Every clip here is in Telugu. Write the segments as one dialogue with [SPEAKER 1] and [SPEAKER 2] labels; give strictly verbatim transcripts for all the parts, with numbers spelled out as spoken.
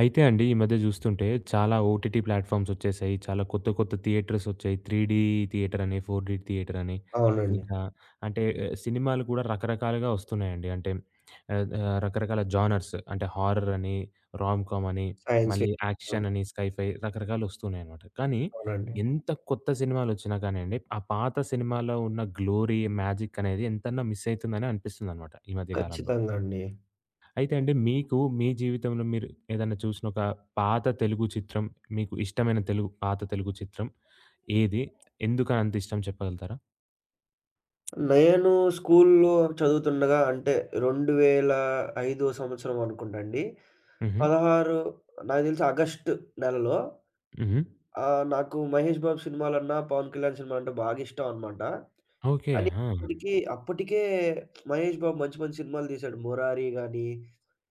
[SPEAKER 1] అయితే అండి ఈ మధ్య చూస్తుంటే చాలా ఓటీటీ ప్లాట్‌ఫార్మ్స్ వచ్చేసాయి. చాలా కొత్త కొత్త థియేటర్స్ వచ్చాయి. 3డీ థియేటర్ అని, 4డీ థియేటర్ అని
[SPEAKER 2] అవునండి.
[SPEAKER 1] ఇంకా అంటే ఆ, సినిమాలు కూడా రకరకాలుగా వస్తున్నాయండి. అంటే ఆహ్, ఆహ్, రకరకాల జానర్స్ అంటే హారర్ అని, రామ్‌కామ్ అని,
[SPEAKER 2] సైన్స్
[SPEAKER 1] మళ్ళీ
[SPEAKER 2] ఫిక్ అవును.
[SPEAKER 1] యాక్షన్ అని, స్కైఫై రకరకాలు వస్తున్నాయన్నమాట. కానీ
[SPEAKER 2] అవునండి.
[SPEAKER 1] ఎంత కొత్త సినిమాలు వచ్చినా కానియండి, ఆ పాత సినిమాలో ఉన్న గ్లోరీ, మ్యాజిక్ అనేది ఎంతన్నా మిస్ అయితుందని అనిపిస్తుందన్నమాట ఈ మధ్య కాలంలో.
[SPEAKER 2] ఖచ్చితంగా అండి.
[SPEAKER 1] అయితే అండి మీకు మీ జీవితంలో మీరు ఏదన్నా చూసిన ఒక పాత తెలుగు చిత్రం, మీకు ఇష్టమైన తెలుగు పాత తెలుగు చిత్రం ఏది? ఎందుకని అంత ఇష్టం చెప్పగలుగుతారా?
[SPEAKER 2] నేను స్కూలులో చదువుతుండగా అంటే రెండువేల ఐదు సంవత్సరం అనుకుంటా అండి.
[SPEAKER 1] హుహు.
[SPEAKER 2] పదహారు నాకు తెలిసి ఆగస్టు నెలలో
[SPEAKER 1] హుహు.
[SPEAKER 2] ఆహ్, నాకు 'మహేష్ బాబు' సినిమాలన్నా, 'పవన్ కళ్యాణ్' సినిమా అంటే బాగా ఇష్టం అనమాట.
[SPEAKER 1] ఓకే.
[SPEAKER 2] కానీ
[SPEAKER 1] ఆ!
[SPEAKER 2] అప్పటికి అప్పటికే 'మహేష్ బాబు' మంచి మంచి సినిమాలు తీశాడు. 'మురారి' గాని,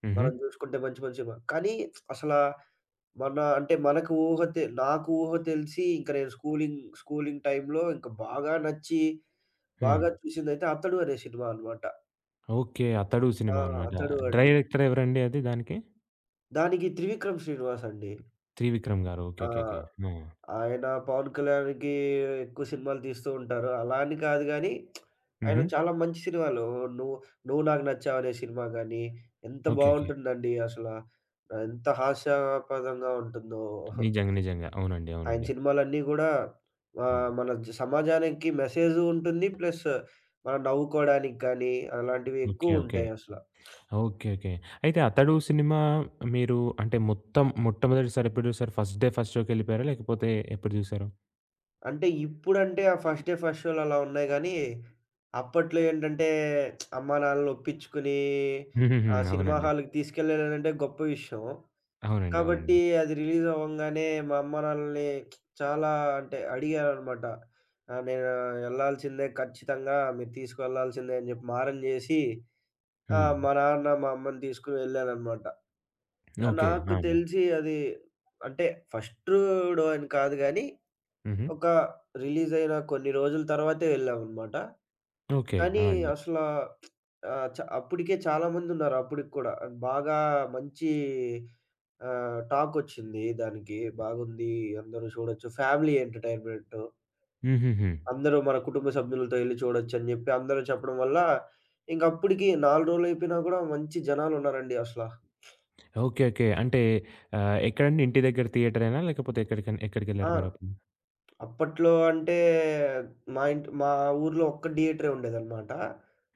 [SPEAKER 1] హుహు.
[SPEAKER 2] మనం చూసుకుంటే మంచి మంచి సినిమా. కానీ అసలా మన అంటే మనకు ఊహ తె నాకు ఊహ తెలిసి ఇంక నేను స్కూలింగ్, స్కూలింగ్ టైమ్‌లో ఇంక బాగా నచ్చి,
[SPEAKER 1] హ్మ్.
[SPEAKER 2] బాగా చూసిందైతే 'అతడు' అనే సినిమా అనమాట.
[SPEAKER 1] ఓకే. 'అతడు'
[SPEAKER 2] ఆ!
[SPEAKER 1] సినిమా అనమాట.
[SPEAKER 2] 'అతడు' అండి.
[SPEAKER 1] డైరెక్టర్ ఎవరండి అది దానికి?
[SPEAKER 2] దానికి త్రివిక్రమ్ శ్రీనివాస్ అండి.
[SPEAKER 1] 'త్రివిక్రమ్' గారు.
[SPEAKER 2] ఆ!
[SPEAKER 1] ఓకేకేకే. ఆ!
[SPEAKER 2] ఆయన 'పవన్ కళ్యాణ్‌కి' ఎక్కువ సినిమాలు తీస్తూ ఉంటారు. అలా అని కాదు గానీ, ఆయన
[SPEAKER 1] హుహు.
[SPEAKER 2] చాలా మంచి సినిమాలు. 'నువ్వు నువ్వు నాకు నచ్చావు' అనే సినిమా గానీ, ఎంత
[SPEAKER 1] ఓకేకే.
[SPEAKER 2] బావుంటుందండి అసల. ఎంత హాస్యాస్పదంగా ఉంటుందో.
[SPEAKER 1] నిజంగా. నిజంగా. అవునండి.
[SPEAKER 2] ఆయన
[SPEAKER 1] అవునండి.
[SPEAKER 2] సినిమాలన్నీ గూడా
[SPEAKER 1] హ్మ్.
[SPEAKER 2] ఆహ్, మన జ సమాజానికి మెసేజు ఉంటుంది. ప్లస్ మనం నవ్వుకోవడానికి కానీ, అలాంటివి
[SPEAKER 1] ఓకే. ఓకే.
[SPEAKER 2] ఎక్కువుంటాయి అసల.
[SPEAKER 1] ఓకే. ఓకే. అయితే 'అతడు' సినిమా మీరు అంటే మొత్తం మొట్టమొదటిసారి ఎప్పుడు చూసారు? ఫస్ట్ డే ఫస్ట్ షోకెళ్ళిపోయారా? లేకపోతే ఎప్పుడు చూసారు?
[SPEAKER 2] అంటే ఇప్పుడంటే ఆ ఫస్ట్ డే, ఫస్ట్ షోలు అలా ఉన్నాయి గానీ, అప్పట్లో ఏంటంటే అమ్మా నాన్నలని ఒప్పించుకొని
[SPEAKER 1] హుహుహు.
[SPEAKER 2] ఆ సినిమా
[SPEAKER 1] అవునండి.
[SPEAKER 2] హాల్‌కి తీసుకెళ్ళాలంటే గొప్ప విషయం.
[SPEAKER 1] అవునండి. అవునండి.
[SPEAKER 2] కాబట్టి అది రిలీజ్ అవ్వంగానే మా అమ్మ నాన్నల్ని చాలా అంటే అడిగాననమాట. ఆహ్, "నేను ఎళ్ళాల్సిందే ఖచ్చితంగా మీరు తీసుకెళ్లాల్సిందే" అని జెప్పి మారం జేసి ఆ!
[SPEAKER 1] హ్మ్.
[SPEAKER 2] మా నాన్న, మా అమ్మని తీసుకొని వెళ్ళాననమాట.
[SPEAKER 1] ఓకే.
[SPEAKER 2] నాకు
[SPEAKER 1] ఆ! అండి.
[SPEAKER 2] తెలిసి అది అంటే ఫస్ట్ డో అని కాదు గానీ,
[SPEAKER 1] హుహు.
[SPEAKER 2] ఒక రిలీజ్ అయిన కొన్ని రోజుల తర్వాతే వెళ్ళామనమాట.
[SPEAKER 1] ఓకే.
[SPEAKER 2] కానీ
[SPEAKER 1] ఆ! అండి.
[SPEAKER 2] అసల ఆహ్, చ అప్పటికే చాలా మందున్నారు అప్పటికి కూడా. బాగా మంచి ఆహ్, టాకొచ్చింది దానికి. బాగుంది అందరూ చూడొచ్చు. Family entertainment.
[SPEAKER 1] హుహుహు.
[SPEAKER 2] అందరూ మన కుటుంబ సభ్యులతో ఎళ్లి చూడొచ్చని జెప్పి అందరూ చెప్పడం వల్ల ఇంకప్పటికి నాలుగు రోజులయిపోయినా గూడా మంచి జనాలున్నారండి అసల.
[SPEAKER 1] ఓకే. ఓకే. అంటే ఆహ్, ఎక్కడండి? ఇంటి దగ్గర థియేటరేనా? లేకపోతే ఎక్కడికన్
[SPEAKER 2] ఆ!
[SPEAKER 1] ఎక్కడికెళ్లారు మీరప్పుడు?
[SPEAKER 2] అప్పట్లో అంటే మా ఇంటి మా ఊర్లో ఒక్క థియేటరే ఉండేదనమాట.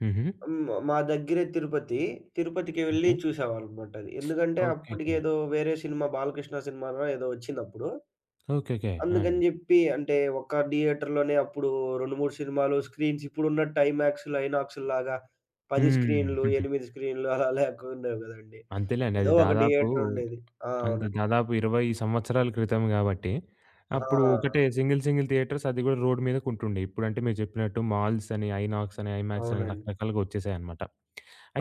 [SPEAKER 1] హుహు.
[SPEAKER 2] హ్మ్. మా దగ్గరే తిరుపతి. తిరుపతికి వెళ్లి
[SPEAKER 1] ఓకే.
[SPEAKER 2] చూసేవాళ్ళమనమాట అది. ఎందుకంటే
[SPEAKER 1] ఓకే. ఓకే.
[SPEAKER 2] అప్పటికేదో వేరే సినిమా 'బాలకృష్ణ' సినిమానో ఏదో వచ్చిందప్పుడు.
[SPEAKER 1] ఓకే. ఓకే. ఆ!
[SPEAKER 2] అందుకని
[SPEAKER 1] అండి.
[SPEAKER 2] జెప్పి అంటే ఒక్క థియేటర్‌లోనే అప్పుడు రెండు, మూడు సినిమాలు స్క్రీన్స్ ఇప్పుడున్నట్టు ఐమాక్స్‌లు, ఐనాక్స్‌ల్లాగా పది
[SPEAKER 1] హ్మ్.
[SPEAKER 2] స్క్రీన్‌లు,
[SPEAKER 1] హుహు.
[SPEAKER 2] ఎనిమిది స్క్రీన్‌లు అలా లేకుండేవి గదండీ.
[SPEAKER 1] అంతేలేండి. అది
[SPEAKER 2] ఏదో ఒక
[SPEAKER 1] దాదాపు
[SPEAKER 2] థియేటర్ ఉండేది. ఆ!
[SPEAKER 1] అంతే.
[SPEAKER 2] అవునండి.
[SPEAKER 1] దాదాపు ఇరవై సంవత్సరాల క్రితం గాబట్టి,
[SPEAKER 2] ఆ!
[SPEAKER 1] అప్పుడు ఒకటే సింగిల్, సింగిల్ థియేటర్స్ అది గూడా రోడ్ మీదకుంటుండే. ఇప్పుడంటే మీరు చెప్పినట్టు మాల్స్ అని, ఐనాక్స్ అని, ఐమాక్స్ అని
[SPEAKER 2] అవునండి.
[SPEAKER 1] రకరకాలుగా వచ్చేసాయన్నమాట.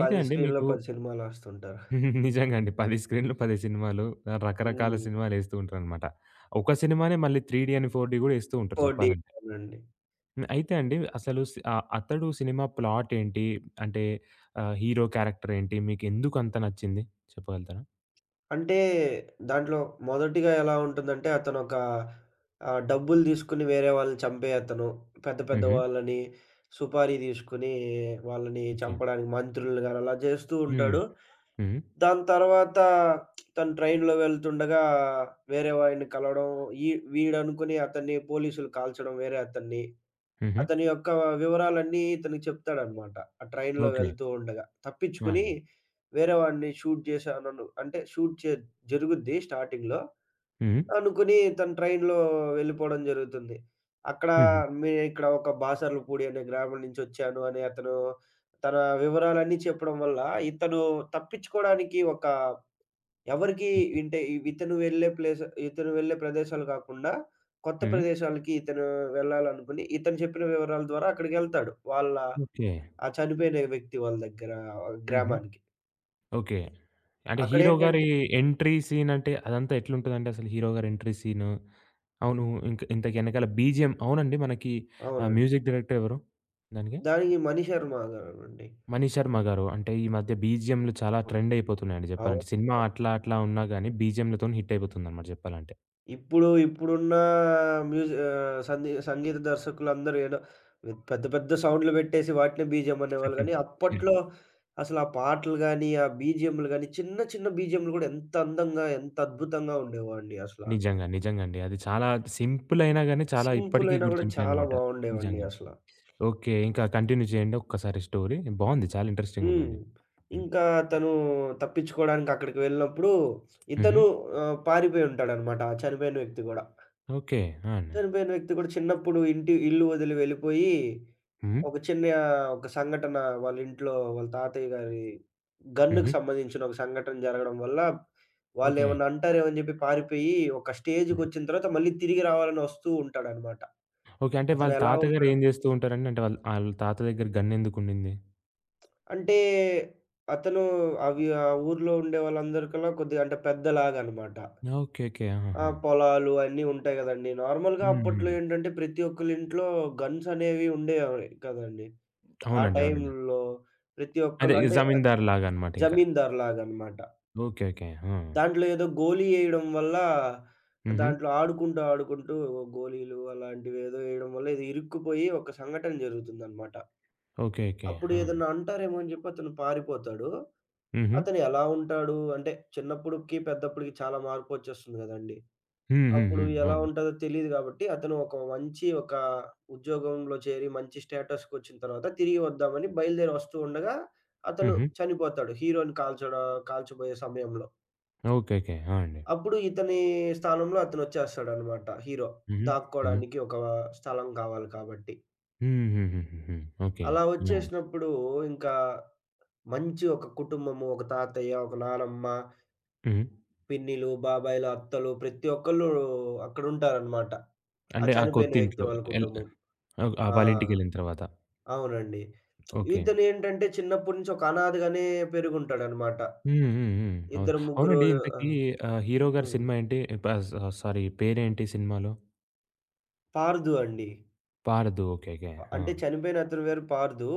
[SPEAKER 1] అయితే అండి
[SPEAKER 2] స్క్రీన్‌లో
[SPEAKER 1] మీకు
[SPEAKER 2] పది సినిమాలేస్తుంటారు.
[SPEAKER 1] నిజంగా అండి. పది స్క్రీన్‌లు పది సినిమాలు ఆహ్, రకరకాల
[SPEAKER 2] హ్మ్.
[SPEAKER 1] సినిమాలేస్తూ ఉంటారనమాట. ఒక సినిమానే మళ్ళీ త్రీ డీ అని ఫోర్ డీ గూడా ఎస్తూ ఉంటారు
[SPEAKER 2] ఫోర్ డేస్
[SPEAKER 1] చెప్పాలంటే.
[SPEAKER 2] అవునండి.
[SPEAKER 1] హ్మ్. అయితే అండి అసలు సి ఆహ్, అతడు సినిమా ప్లాట్ ఏంటి? అంటే ఆహ్, హీరో క్యారెక్టర్ ఏంటి? మీకెందుకంత నచ్చింది? చెప్పగలుగుతారా?
[SPEAKER 2] అంటే దాంట్లో మొదటిగా ఎలా ఉంటుందంటే అతనొక ఆహ్, డబ్బులు తీసుకొని వేరే వాళ్ళని చంపే అతను. పెద్ద పెద్ద
[SPEAKER 1] హుహు.
[SPEAKER 2] వాళ్ళని సుపారీ తీసుకొని వాళ్ళని
[SPEAKER 1] ఓకే.
[SPEAKER 2] చంపడానికి మంత్రుల్ని గాని అలా చేస్తూ
[SPEAKER 1] హ్మ్.
[SPEAKER 2] ఉంటాడు.
[SPEAKER 1] హ్మ్.
[SPEAKER 2] దాని తర్వాత తను ట్రైన్‌లో వెళ్తుండగా వేరే వాడిని కలవడం ఈ వీడనుకుని అతన్ని పోలీసులు కాల్చడం వేరే అతన్ని.
[SPEAKER 1] హుహు.
[SPEAKER 2] అతని యొక్క వివరాలన్నీ ఇతనికి చెప్తాడనమాట. ఆ ట్రైన్‌లో
[SPEAKER 1] ఓకే.
[SPEAKER 2] వెళ్తూ ఉండగా.
[SPEAKER 1] ఆ!
[SPEAKER 2] తప్పించుకుని
[SPEAKER 1] అండి.
[SPEAKER 2] వేరే వాడిని షూట్ చేశానను అంటే షూట్ చే జరుగుద్ది స్టార్టింగ్‌లో.
[SPEAKER 1] హుహు.
[SPEAKER 2] అనుకుని తను ట్రైన్‌లో వెళ్ళిపోవడం జరుగుతుంది. అక్కడ
[SPEAKER 1] హుహు.
[SPEAKER 2] మేము ఇక్కడ ఒక బాసర్లపూడి అనే గ్రామం నుంచొచ్చాను అని అతను తన వివరాలన్నీ చెప్పడం వల్ల ఇతను తప్పించుకోవడానికి ఒక ఎవరికీ
[SPEAKER 1] ఓకే.
[SPEAKER 2] ఇంటే ఇతను వెళ్ళే ప్లేస్ ఇతను వెళ్ళే ప్రదేశాలు కాకుండా, కొత్త
[SPEAKER 1] హ్మ్.
[SPEAKER 2] ప్రదేశాలకి ఇతను వెళ్ళాలనుకుని, ఇతను చెప్పిన వివరాల ద్వారా అక్కడికెళ్తాడు. వాళ్ళ
[SPEAKER 1] ఓకే.
[SPEAKER 2] ఆ చనిపోయిన వ్యక్తి వాళ్ళ దగ్గర
[SPEAKER 1] హుహు.
[SPEAKER 2] గ్రామానికి.
[SPEAKER 1] ఓకే. అంటే హీరో గారి
[SPEAKER 2] అక్కడేంటంటే
[SPEAKER 1] ఎంట్రీ సీన్ అంటే అదంతా ఎట్లుంటదండి అసలు హీరో గారి ఎంట్రీ సీను? అవును. ఇంక ఇంతకి ఎనకాల బీజీఎం అవునండి మనకి ఆహ్,
[SPEAKER 2] అవునండి.
[SPEAKER 1] మ్యూజిక్ డైరెక్టర్ ఎవరు దానికి?
[SPEAKER 2] దానికి మణిశర్మ గారండి.
[SPEAKER 1] మనీష్ శర్మ గారు. అంటే ఈ మధ్య బీజీఎంలు చాలా
[SPEAKER 2] అవునండి.
[SPEAKER 1] ట్రెండ్ అయిపోతున్నాయండి
[SPEAKER 2] అవును.
[SPEAKER 1] చెప్పాలంటే. సినిమా అట్లా అట్లా ఉన్నా గాని బీజీఎంలతోని హిట్ అయిపోతుందన్నమాట చెప్పాలంటే.
[SPEAKER 2] ఇప్పుడు ఇప్పుడున్న మ్యూజి ఆహ్, సంగీ సంగీత దర్శకులందరూ ఏదో పెద్ద పెద్ద సౌండ్‌లు పెట్టేసి వాటినే బీజీఎం అనేవాళ్ళు గానీ, అప్పట్లో అసలు ఆ పాటలు గానీ, ఆ బీజీఎంలు గానీ, చిన్న చిన్న బీజీఎంలు గూడా ఎంత అందంగా, ఎంత అద్భుతంగా ఉండేవండి అసల.
[SPEAKER 1] నిజంగా. నిజంగా అండి. అది చాలా సింపుల్ అయినా గాని చాలా
[SPEAKER 2] సింపుల్
[SPEAKER 1] ఇప్పటికి
[SPEAKER 2] అయినా గూడా చాలా
[SPEAKER 1] గుర్తుండిపోయాయన్నమాట.
[SPEAKER 2] బావుండేవండి
[SPEAKER 1] నిజంగా.
[SPEAKER 2] అసల.
[SPEAKER 1] ఓకే. ఇంకా కంటిన్యూ చేయండి ఒక్కసారి స్టోరీ. బావుంది. చాలా
[SPEAKER 2] హ్మ్.
[SPEAKER 1] ఇంట్రెస్టింగుందండి. హ్మ్.
[SPEAKER 2] ఇంకా తను తప్పించుకోవడానికి అక్కడికి వెళ్ళినప్పుడు
[SPEAKER 1] హుహు.
[SPEAKER 2] ఇతను ఆహ్, పారిపోయి ఉంటాడనమాట. ఆ చనిపోయిన వ్యక్తి గూడా.
[SPEAKER 1] ఓకే. ఆ! అండి.
[SPEAKER 2] చనిపోయిన వ్యక్తి కూడా చిన్నప్పుడు ఇంటి ఇల్లు వదిలి వెళ్ళిపోయి,
[SPEAKER 1] హ్మ్.
[SPEAKER 2] ఒక చిన్న ఒక సంఘటన వాళ్ళ ఇంట్లో వాళ్ళ తాతయ్య గారి
[SPEAKER 1] హుహు.
[SPEAKER 2] గన్‌కి సంబంధించిన ఒక సంఘటన జరగడం వల్ల,
[SPEAKER 1] ఓకే.
[SPEAKER 2] వాళ్ళేమన్నా అంటారేమో అని జెప్పి పారిపోయి, ఒక
[SPEAKER 1] హుహు.
[SPEAKER 2] స్టేజ్‌కొచ్చిన తర్వాత మళ్ళీ తిరిగి రావాలని వస్తూ ఉంటాడనమాట.
[SPEAKER 1] ఓకే. అంటే వాళ్ళ
[SPEAKER 2] అతనెలా
[SPEAKER 1] తాతగారు
[SPEAKER 2] ఉంటాడు
[SPEAKER 1] ఏం జేస్తూ ఉంటారండి? అంటే వాళ్ళ ఆళ్ళ తాత దగ్గర గన్నెందుకుండింది?
[SPEAKER 2] అంటే, అతను అవి ఆ ఊర్లో ఉండే వాళ్ళందరికన్నా కొద్దిగా అంటే పెద్దలాగనమాట.
[SPEAKER 1] ఓకే. ఓకే.
[SPEAKER 2] ఆ!
[SPEAKER 1] ఆహాహా!
[SPEAKER 2] పొలాలు అన్నీ ఉంటాయి గదండీ. నార్మల్‌గా అప్పట్లో
[SPEAKER 1] హుహు.
[SPEAKER 2] ఏంటంటే, ప్రతి ఒక్కళ్ళ ఇంట్లో గన్స్ అనేవి ఉండేవి కదండీ. ఆ
[SPEAKER 1] అవునండి. అవునండి.
[SPEAKER 2] టైంలో ప్రతి
[SPEAKER 1] అదే
[SPEAKER 2] ఒక్కళ్ళు అంటే ఆహ్,
[SPEAKER 1] జమీందారు లాగా అన్నమాట ఇంకా.
[SPEAKER 2] జమీందారులాగనమాట.
[SPEAKER 1] ఓకే. ఓకే. ఆ!
[SPEAKER 2] దాంట్లో ఏదో గోలీ ఎయడం వల్ల
[SPEAKER 1] హుహు.
[SPEAKER 2] దాంట్లో ఆడుకుంటూ, ఆడుకుంటూ గోలీలు అలాంటివేదో ఎయడం వల్ల ఏదో ఇరుక్కుపోయి ఒక సంఘటన జరుగుతుందనమాట.
[SPEAKER 1] ఓకే. ఓకే.
[SPEAKER 2] అప్పుడు
[SPEAKER 1] ఆ!
[SPEAKER 2] ఏదన్నా అంటారేమో అని జెప్పి అతను పారిపోతాడు.
[SPEAKER 1] హుహు.
[SPEAKER 2] అతను ఎలా ఉంటాడు? అంటే చిన్నప్పుడుకి, పెద్దప్పటికి చాలా మార్పొచ్చేస్తుంది గదండీ! అప్పుడు
[SPEAKER 1] హుహుహు.
[SPEAKER 2] ఎలా
[SPEAKER 1] అవునండి.
[SPEAKER 2] ఉంటదో తెలీదు గాబట్టి, అతను ఒక మంచి ఒక ఉద్యోగంలో చేరి, మంచి స్టేటస్‌కొచ్చిన తర్వాత తిరిగి వద్దామని బయలుదేరి వస్తూ ఉండగా, అతను
[SPEAKER 1] హుహు.
[SPEAKER 2] చనిపోతాడు. హీరోని కాల్చడ కాల్చబోయే సమయంలో.
[SPEAKER 1] ఓకే. ఓకే. ఆ! అండి.
[SPEAKER 2] అప్పుడు ఇతని స్థానంలో అతనొచ్చేస్తాడనమాట హీరో.
[SPEAKER 1] హుహు. హ్మ్.
[SPEAKER 2] దాక్కోడానికి ఒక స్థలం కావాలి కాబట్టి.
[SPEAKER 1] హుహుహుహుహు. ఓకే.
[SPEAKER 2] అలా అవును.
[SPEAKER 1] హ్మ్. అండి.
[SPEAKER 2] వచ్చేసినప్పుడు ఇంకా మంచి ఒక కుటుంబము, ఒక తాతయ్య, ఒక నానమ్మ,
[SPEAKER 1] హుహు.
[SPEAKER 2] పిన్నిలు, బాబాయిలు, అత్తలు ప్రతి ఒక్కళ్ళు అక్కడుంటారనమాట. ఆ
[SPEAKER 1] అంటే ఆ
[SPEAKER 2] చనిపోయిన వ్యక్తి
[SPEAKER 1] కొత్తింట్లో
[SPEAKER 2] వాళ్ళ
[SPEAKER 1] ఎల్
[SPEAKER 2] కుటుంబం.
[SPEAKER 1] ఓహ్! ఆ!
[SPEAKER 2] ఆ!
[SPEAKER 1] వాళ్ళ ఇంటికెళ్ళిన తర్వాత.
[SPEAKER 2] అవునండి.
[SPEAKER 1] ఓకే.
[SPEAKER 2] ఇతనేంటంటే చిన్నప్పటి నుంచి ఒక అనాథగానే పెరిగుంటాడనమాట.
[SPEAKER 1] హ్మ్. హ్మ్. హ్మ్. అవును.
[SPEAKER 2] ఇద్దరు ముగ్గురు
[SPEAKER 1] అవునండి. ఇంతకీ
[SPEAKER 2] ఆహ్,
[SPEAKER 1] ఆహ్, హీరో గారి
[SPEAKER 2] హ్మ్.
[SPEAKER 1] సినిమా ఏంటి? ప స సారీ, పేరేంటి సినిమాలో?
[SPEAKER 2] పార్దు అండి.
[SPEAKER 1] 'పారధు.' ఓకే. ఓకే. ఆ!
[SPEAKER 2] అంటే చనిపోయిన అతని పేరు పార్దు.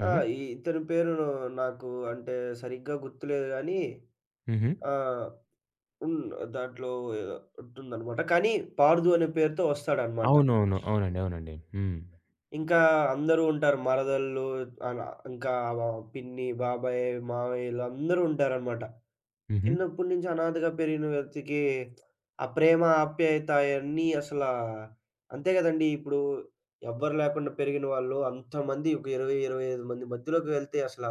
[SPEAKER 1] హ్మ్.
[SPEAKER 2] ఆహ్, ఈ ఇతని పేరు నాకు అంటే సరిగ్గా గుర్తులేదు గానీ
[SPEAKER 1] హుహు.
[SPEAKER 2] ఆ! ఉన్ దాంట్లో ఉంటుందనమాట. కానీ పార్దు అనే పేరుతో వస్తాడనమాట.
[SPEAKER 1] అవునవును. అవునండి. అవునండి. హ్మ్.
[SPEAKER 2] ఇంకా అందరూ ఉంటారు. మరదళ్ళు అలా ఇంకా ఆ పిన్ని, బాబాయ్, మావయ్య ఈళ్ళందరూ ఉంటారనమాట.
[SPEAKER 1] హుహు.
[SPEAKER 2] చిన్నప్పటి నుంచి అనాథగా పెరిగిన వ్యక్తికి ఆ ప్రేమ, ఆప్యాయత అయన్నీ అసలా అంతే గదండీ! ఇప్పుడు ఎవ్వరు లేకుండా పెరిగిన వాళ్ళు అంతమంది ఒక ఇరవై, ఇరవై ఐదు మంది మధ్యలోకి వెళ్తే అసల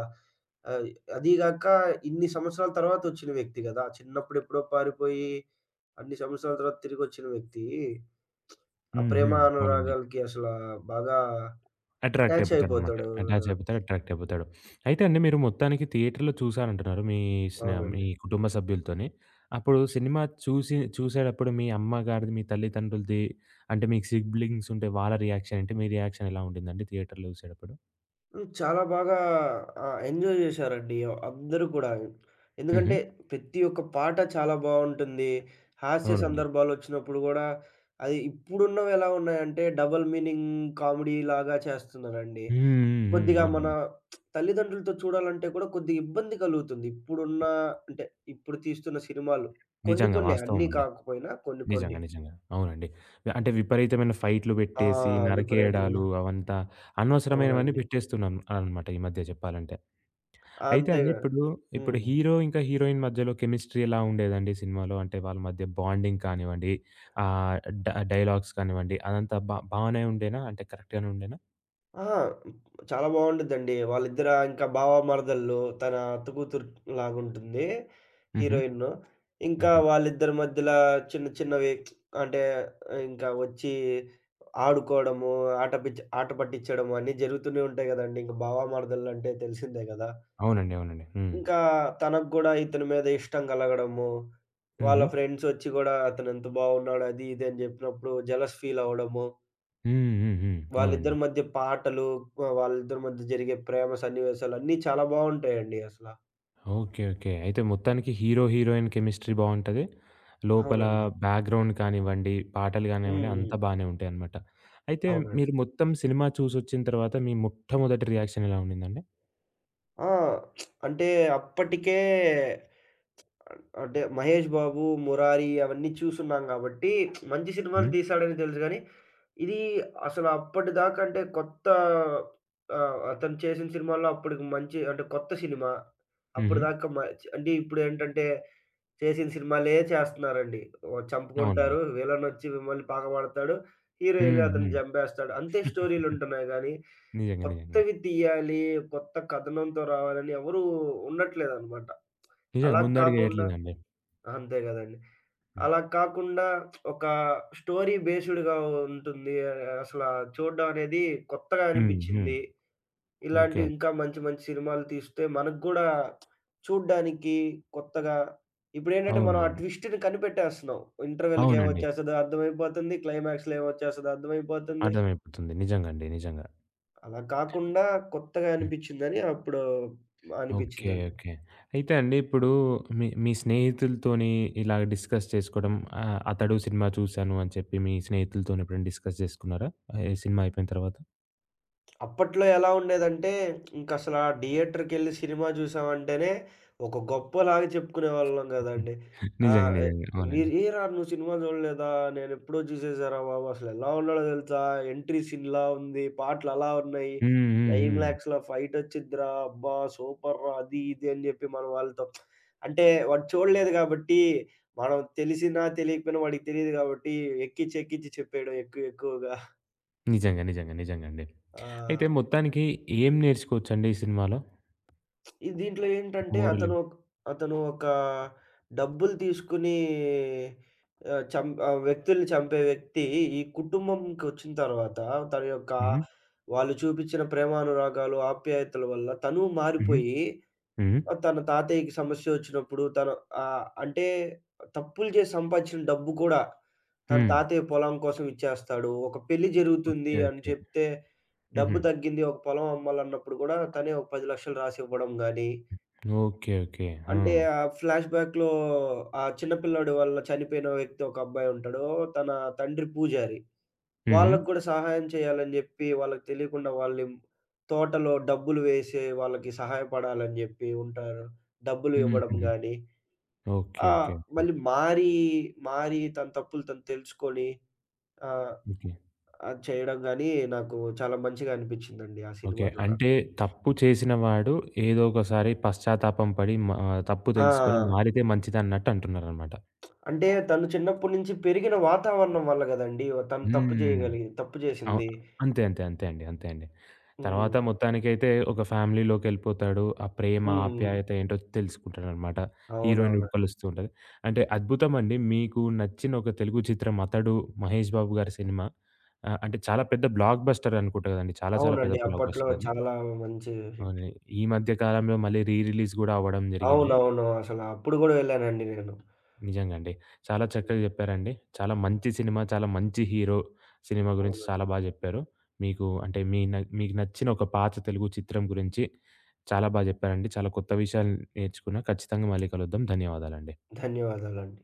[SPEAKER 2] ఆహ్, అదీ గాక ఇన్ని సంవత్సరాల తర్వాత వచ్చిన వ్యక్తి గదా! చిన్నప్పుడెప్పుడో పారిపోయి అన్ని సంవత్సరాల తర్వాత తిరిగొచ్చిన వ్యక్తి ఆ
[SPEAKER 1] హ్మ్.
[SPEAKER 2] ప్రేమ,
[SPEAKER 1] హ్మ్. అవునండి.
[SPEAKER 2] అనురాగాలకి అసలా బాగా
[SPEAKER 1] అట్రాక్ట్
[SPEAKER 2] అటాచ్
[SPEAKER 1] అయిపోతాడనమాట.
[SPEAKER 2] అయిపోతాడు
[SPEAKER 1] అటాచ్
[SPEAKER 2] గదా!
[SPEAKER 1] అయిపోతాడు. అట్రాక్ట్ అయిపోతాడు. అయితే అండి మీరు మొత్తానికి థియేటర్‌లో చూసారంటున్నారు. మీ స్నే మీ
[SPEAKER 2] అవునండి.
[SPEAKER 1] కుటుంబ సభ్యులతోని. అప్పుడు సినిమా చూసి చూసేటప్పుడు మీ అమ్మగారిది, మీ తల్లిదండ్రులది అంటే మీకు సిబ్లింగ్స్ ఉంటే వాళ్ళ రియాక్షన్ ఏంటి? మీ రియాక్షన్ ఎలా ఉండిందండి థియేటర్‌లో చూసేటప్పుడు?
[SPEAKER 2] హ్మ్. చాలా బాగా ఆహ్, ఎంజాయ్ జేశారండి అందరూ కూడా.
[SPEAKER 1] హుహు.
[SPEAKER 2] ఎందుకంటే ప్రతి ఒక్క పాట చాలా బావుంటుంది. హాస్య
[SPEAKER 1] అవునండి.
[SPEAKER 2] సందర్భాలొచ్చినప్పుడు గూడా అది ఇప్పుడున్నవి ఎలా ఉన్నాయంటే డబుల్ మీనింగ్ కామెడీ లాగా చేస్తున్నారండి.
[SPEAKER 1] హ్మ్. హ్మ్. హ్మ్.
[SPEAKER 2] కొద్దిగా మన
[SPEAKER 1] అవునండి.
[SPEAKER 2] తల్లిదండ్రులతో చూడాలంటే కూడా కొద్దిగా ఇబ్బంది కలుగుతుంది. ఇప్పుడున్న అంటే ఇప్పుడు తీస్తున్న సినిమాలు. కొన్ని
[SPEAKER 1] నిజంగా
[SPEAKER 2] కొన్నే
[SPEAKER 1] వాస్తవం
[SPEAKER 2] అన్నీ
[SPEAKER 1] అండి.
[SPEAKER 2] కాకపోయినా కొన్ని
[SPEAKER 1] నిజంగా.
[SPEAKER 2] కొన్ని.
[SPEAKER 1] నిజంగా. అవునండి. అంటే విపరీతమైన ఫైట్‌లు
[SPEAKER 2] ఆ!
[SPEAKER 1] పెట్టేసి,
[SPEAKER 2] విపరీతమైన
[SPEAKER 1] నరికేయడాలు అవంతా అనవసరమైనవన్నీ
[SPEAKER 2] అవునండి.
[SPEAKER 1] పెట్టేస్తున్నాం అనమాట ఈ మధ్య చెప్పాలంటే. అయితే అండి
[SPEAKER 2] అంతేగా
[SPEAKER 1] ఇప్పుడు, ఇప్పుడు
[SPEAKER 2] హ్మ్.
[SPEAKER 1] హీరో ఇంకా హీరోయిన్ మధ్యలో కెమిస్ట్రీ ఎలా ఉండేదండి సినిమాలో? అంటే వాళ్ళ మధ్య బాండింగ్ కానివ్వండి, ఆహ్, డ డైలాగ్స్ కానివ్వండి అదంతా బా బానే ఉండేనా? అంటే కరెక్ట్‌గానే ఉండేనా?
[SPEAKER 2] ఆ! చాలా బావుండిద్దండి. వాళ్ళిద్దర ఇంకా బావ మరదళ్ళు. తన అత్త కూతురు లాగుంటుంది
[SPEAKER 1] హుహు.
[SPEAKER 2] హీరోయిన్ను. ఇంకా
[SPEAKER 1] ఓకే.
[SPEAKER 2] వాళ్ళిద్దరి మధ్యల చిన్న చిన్నవి అంటే ఇంకా వచ్చి ఆడుకోవడము, ఆట పిచ్ ఆట పట్టించడము అన్నీ జరుగుతూనే ఉంటాయి గదండీ! ఇంక బావ మరదళ్ళంటే తెలిసిందే గదా!
[SPEAKER 1] అవునండి. అవునండి. హ్మ్.
[SPEAKER 2] ఇంకా తనకు గూడా ఇతని మీద ఇష్టం గలగడము, వాళ్ళ
[SPEAKER 1] హుహు.
[SPEAKER 2] ఫ్రెండ్స్ వచ్చి గూడా అతనెంత బావున్నాడు అది ఇది అని జెప్పినప్పుడు జెలస్ ఫీల్ అవ్వడము.
[SPEAKER 1] హ్మ్. హ్మ్. హ్మ్. అవునండి.
[SPEAKER 2] వాళ్ళిద్దరి మధ్య పాటలు, ఆహ్, వాళ్ళిద్దరి మధ్య జరిగే ప్రేమ సన్నివేశాలు అన్నీ చాలా బావుంటాయండి అసల.
[SPEAKER 1] ఓకే. ఓకే. అయితే మొత్తానికి హీరో, హీరోయిన్ కెమిస్ట్రీ బావుంటది. లోపల
[SPEAKER 2] అవునండి.
[SPEAKER 1] బ్యాక్‌గ్రౌండ్ కానివ్వండి, పాటలు కానివ్వండి
[SPEAKER 2] హ్మ్.
[SPEAKER 1] అంతా బానే ఉంటాయన్నమాట. అయితే
[SPEAKER 2] అవునండి.
[SPEAKER 1] మీరు మొత్తం సినిమా చూసొచ్చిన తర్వాత మీ మొట్టమొదటి రియాక్షన్ ఎలా ఉండిందండి?
[SPEAKER 2] ఆ! అంటే అప్పటికే అన్ అంటే 'మహేష్ బాబు', 'మురారి' అవన్నీ చూసున్నాం గాబట్టి మంచి సినిమాలు
[SPEAKER 1] హ్మ్.
[SPEAKER 2] తీశాడని తెలుసు గానీ, ఇది అసలు అప్పటిదాకా అంటే కొత్త ఆహ్, అతను చేసిన సినిమాల్లో అప్పటికి మంచి అంటే కొత్త సినిమా.
[SPEAKER 1] హుహు.
[SPEAKER 2] అప్పటిదాకా మ అంటే ఇప్పుడేంటంటే చేసిన సినిమాలే చేస్తున్నారండి. ఓ
[SPEAKER 1] అవునండి.
[SPEAKER 2] చంపుకుంటారు, విలనొచ్చి మిమ్మల్ని పగబడతాడు, హీరో ఎళ్లి
[SPEAKER 1] హ్మ్.
[SPEAKER 2] అతన్ని
[SPEAKER 1] హ్మ్.
[SPEAKER 2] చంపేస్తాడు. అంతే స్టోరీలుంటున్నాయి గానీ,
[SPEAKER 1] నిజంగా. నిజంగా.
[SPEAKER 2] కొత్తవి తీయాలి, కొత్త కథనంతో రావాలని ఎవరూ ఉండట్లేదనమాట.
[SPEAKER 1] నిజంగా
[SPEAKER 2] అలా కాకుండా
[SPEAKER 1] ముందడుగేయట్లేదండి.
[SPEAKER 2] అంతే గదండీ.
[SPEAKER 1] హ్మ్.
[SPEAKER 2] అలా కాకుండా ఒక స్టోరీ బేస్డ్‌గా ఉంటుంది. అసల చూడ్డం అనేది కొత్తగా
[SPEAKER 1] హ్మ్. హ్మ్.
[SPEAKER 2] అనిపిచ్చింది.
[SPEAKER 1] ఓకే.
[SPEAKER 2] ఇలాంటివి ఇంకా మంచి మంచి సినిమాలు తీస్తే మనకు గూడా చూడ్డానికి కొత్తగా ఇప్పుడేంటంటే మనం ఆ
[SPEAKER 1] అవునవును.
[SPEAKER 2] ట్విస్ట్‌ని కనిపెట్టేస్తున్నాం. ఇంటర్వల్‌కి
[SPEAKER 1] అవునండి.
[SPEAKER 2] ఏమొచ్చేస్తదో అర్థమైపోతుంది. క్లైమాక్స్‌లో ఏమొచ్చేస్తదో అర్థమైపోతుంది.
[SPEAKER 1] అర్థమైపోతుంది. నిజంగండి. నిజంగా.
[SPEAKER 2] అలా కాకుండా కొత్తగా
[SPEAKER 1] హ్మ్.
[SPEAKER 2] అనిపిచ్చిందని అప్పుడు
[SPEAKER 1] ఓకే.
[SPEAKER 2] అనిపిచ్చిందండి.
[SPEAKER 1] ఓకే. అయితే అండి ఇప్పుడు మీ మీ స్నేహితులతోని ఇలా డిస్కస్ చేసుకోవడం, ఆహ్, 'అతడు' సినిమా చూసాను అని చెప్పి మీ స్నేహితులతోని ఎప్పుడైనా డిస్కస్ చేసుకున్నారా? ఈ సినిమా అయిపోయిన తర్వాత?
[SPEAKER 2] అప్పట్లో ఎలా ఉండేదంటే, ఇంకసల థియేటర్‌కెళ్ళి సినిమా చూసామంటేనే ఒక గొప్పలాగా చెప్పుకునేవాళ్ళం
[SPEAKER 1] హ్మ్.
[SPEAKER 2] గదండీ.
[SPEAKER 1] నిజంగా.
[SPEAKER 2] ఆహ్, ఎ
[SPEAKER 1] నిజంగా.
[SPEAKER 2] మీరు
[SPEAKER 1] అవునండి.
[SPEAKER 2] "ఏరా నువ్వు సినిమా చూడలేదా? నేనెప్పుడో చూసేసారా బాబు. అసలెలా ఉన్నాడో తెలుసా? ఎంట్రీ సీన్‌లా ఉంది. పాటలలా ఉన్నాయి.
[SPEAKER 1] హ్మ్. హ్మ్. హ్మ్.
[SPEAKER 2] క్లైమాక్స్‌లో ఫైట్ వచ్చిద్దిరా. అబ్బా! సూపర్‌రా" అది ఇది అని జెప్పి మన వాళ్ళతో అంటే వాడు చూడలేదు గాబట్టి, మనం తెలిసినా తెలియకపోయినా వాడికి తెలీదు గాబట్టి ఎక్కిచ్చి ఎక్కిచ్చి చెప్పేయడం ఎక్కువ ఎక్కువగా.
[SPEAKER 1] నిజంగా. నిజంగా. నిజంగండి. అయితే
[SPEAKER 2] ఆ!
[SPEAKER 1] మొత్తానికి ఏం నేర్చుకోవచ్చండి ఈ సినిమాలో?
[SPEAKER 2] ఈ దీంట్లో ఏంటంటే
[SPEAKER 1] మోరల్.
[SPEAKER 2] అతను ఒక్ అతను ఒక డబ్బులు తీసుకొని ఆహ్, చం ఆహ్, వ్యక్తుల్ని చంపే వ్యక్తి ఈ కుటుంబంకొచ్చిన తర్వాత తన యొక్క
[SPEAKER 1] హ్మ్.
[SPEAKER 2] వాళ్ళు చూపించిన ప్రేమానురాగాలు, ఆప్యాయతల వల్ల తను
[SPEAKER 1] హ్మ్.
[SPEAKER 2] మారిపోయి
[SPEAKER 1] హ్మ్.
[SPEAKER 2] ఆహ్, తన తాతయ్యకి సమస్యొచ్చినప్పుడు తను ఆహ్, అంటే తప్పులు చేసి సంపాదించిన డబ్బు కూడా తన
[SPEAKER 1] హ్మ్.
[SPEAKER 2] తాతయ్య పొలం కోసం ఇచ్చేస్తాడు. ఒక పెళ్లి జరుగుతుంది
[SPEAKER 1] ఓకే.
[SPEAKER 2] అని
[SPEAKER 1] ఓకే.
[SPEAKER 2] చెప్తే
[SPEAKER 1] హుహు.
[SPEAKER 2] డబ్బు తగ్గింది ఒక పొలం అమ్మాలన్నప్పుడు గూడా తనే ఒక పది లక్షలు రాసివ్వడం గాని
[SPEAKER 1] ఓకే. ఓకే. ఆ!
[SPEAKER 2] అంటే ఆ ఫ్లాష్ బ్యాక్‌లో ఆ చిన్న పిల్లోడు వల్ల చనిపోయిన వ్యక్తి ఒక అబ్బాయి ఉంటాడు. తన తండ్రి పూజారి.
[SPEAKER 1] హుహు.
[SPEAKER 2] వాళ్ళకి గూడా సహాయం చేయాలని జెప్పి, వాళ్ళకి తెలియకుండా వాళ్ళని తోటలో డబ్బులు వేసి వాళ్ళకి సహాయపడాలని జెప్పి ఉంటారు. డబ్బులు ఇవ్వడం
[SPEAKER 1] హుహుహు.
[SPEAKER 2] గాని,
[SPEAKER 1] ఓకే.
[SPEAKER 2] ఆ!
[SPEAKER 1] ఓకే.
[SPEAKER 2] మళ్ళీ మారి, మారి తన తప్పులు తను తెలుసుకొని ఆహ్,
[SPEAKER 1] ఓకే.
[SPEAKER 2] అది చేయడం గాని నాకు చాలా మంచిగా అనిపించిందండి ఆ
[SPEAKER 1] ఓకే.
[SPEAKER 2] సినిమా ద్వారా.
[SPEAKER 1] అంటే తప్పు చేసిన వాడు ఏదో ఒకసారి పశ్చాత్తాపం పడి మా తప్పు తెలుసుకొని
[SPEAKER 2] ఆ!
[SPEAKER 1] మారితే మంచిదన్నట్టు అంటున్నారనమాట.
[SPEAKER 2] అంటే తను చిన్నప్పటి నుంచి పెరిగిన వాతావరణం వల్ల గదండీ! తను తప్పు
[SPEAKER 1] హ్మ్.
[SPEAKER 2] చేయగలిగి తప్పు
[SPEAKER 1] అవు
[SPEAKER 2] చేసింది.
[SPEAKER 1] అంతే. అంతే. అంతే అండి. అంతే అండి. తర్వాత
[SPEAKER 2] హ్మ్.
[SPEAKER 1] మొత్తానికైతే ఒక ఫ్యామిలీలోకెళ్ళిపోతాడు. ఆ ప్రేమ,
[SPEAKER 2] హ్మ్.
[SPEAKER 1] ఆప్యాయత ఏంటో తెలుసుకుంటాడనమాట. హీరోయిన్
[SPEAKER 2] అవునవును.
[SPEAKER 1] ఉడకలొస్తూ ఉంటది. అంటే అద్భుతమండి. మీకు నచ్చిన ఒక తెలుగు చిత్రం 'అతడు', 'మహేష్ బాబు' గారి సినిమా. ఆహ్, అంటే చాలా పెద్ద బ్లాక్ బస్టర్ అనుకుంట గదండీ. చాలా చాలా పెద్ద
[SPEAKER 2] అవునండి.
[SPEAKER 1] బ్లాక్
[SPEAKER 2] అప్పట్లో
[SPEAKER 1] బస్టర్ అది.
[SPEAKER 2] చాలా మంచి హిట్.
[SPEAKER 1] అవును. ఈ మధ్య కాలంలో మళ్ళీ రీ రిలీజ్ గూడా అవ్వడం జరిగింది.
[SPEAKER 2] అవునవును. అసల అప్పుడు గూడా వెళ్ళానండి నేను.
[SPEAKER 1] నిజంగా అండి. చాలా చక్కగా చెప్పారండి. చాలా మంచి సినిమా, చాలా మంచి హీరో సినిమా గురించి చాలా
[SPEAKER 2] అవునండి.
[SPEAKER 1] బా జెప్పారు. మీకు అంటే మీ న మీకు నచ్చిన ఒక పాత తెలుగు చిత్రం గురించి చాలా బా జెప్పారండి. చాలా కొత్త విషయాలు నేర్చుకున్నా. ఖచ్చితంగా మళ్ళీ కలుద్దాం. ధన్యవాదాలండి.
[SPEAKER 2] ధన్యవాదాలండి.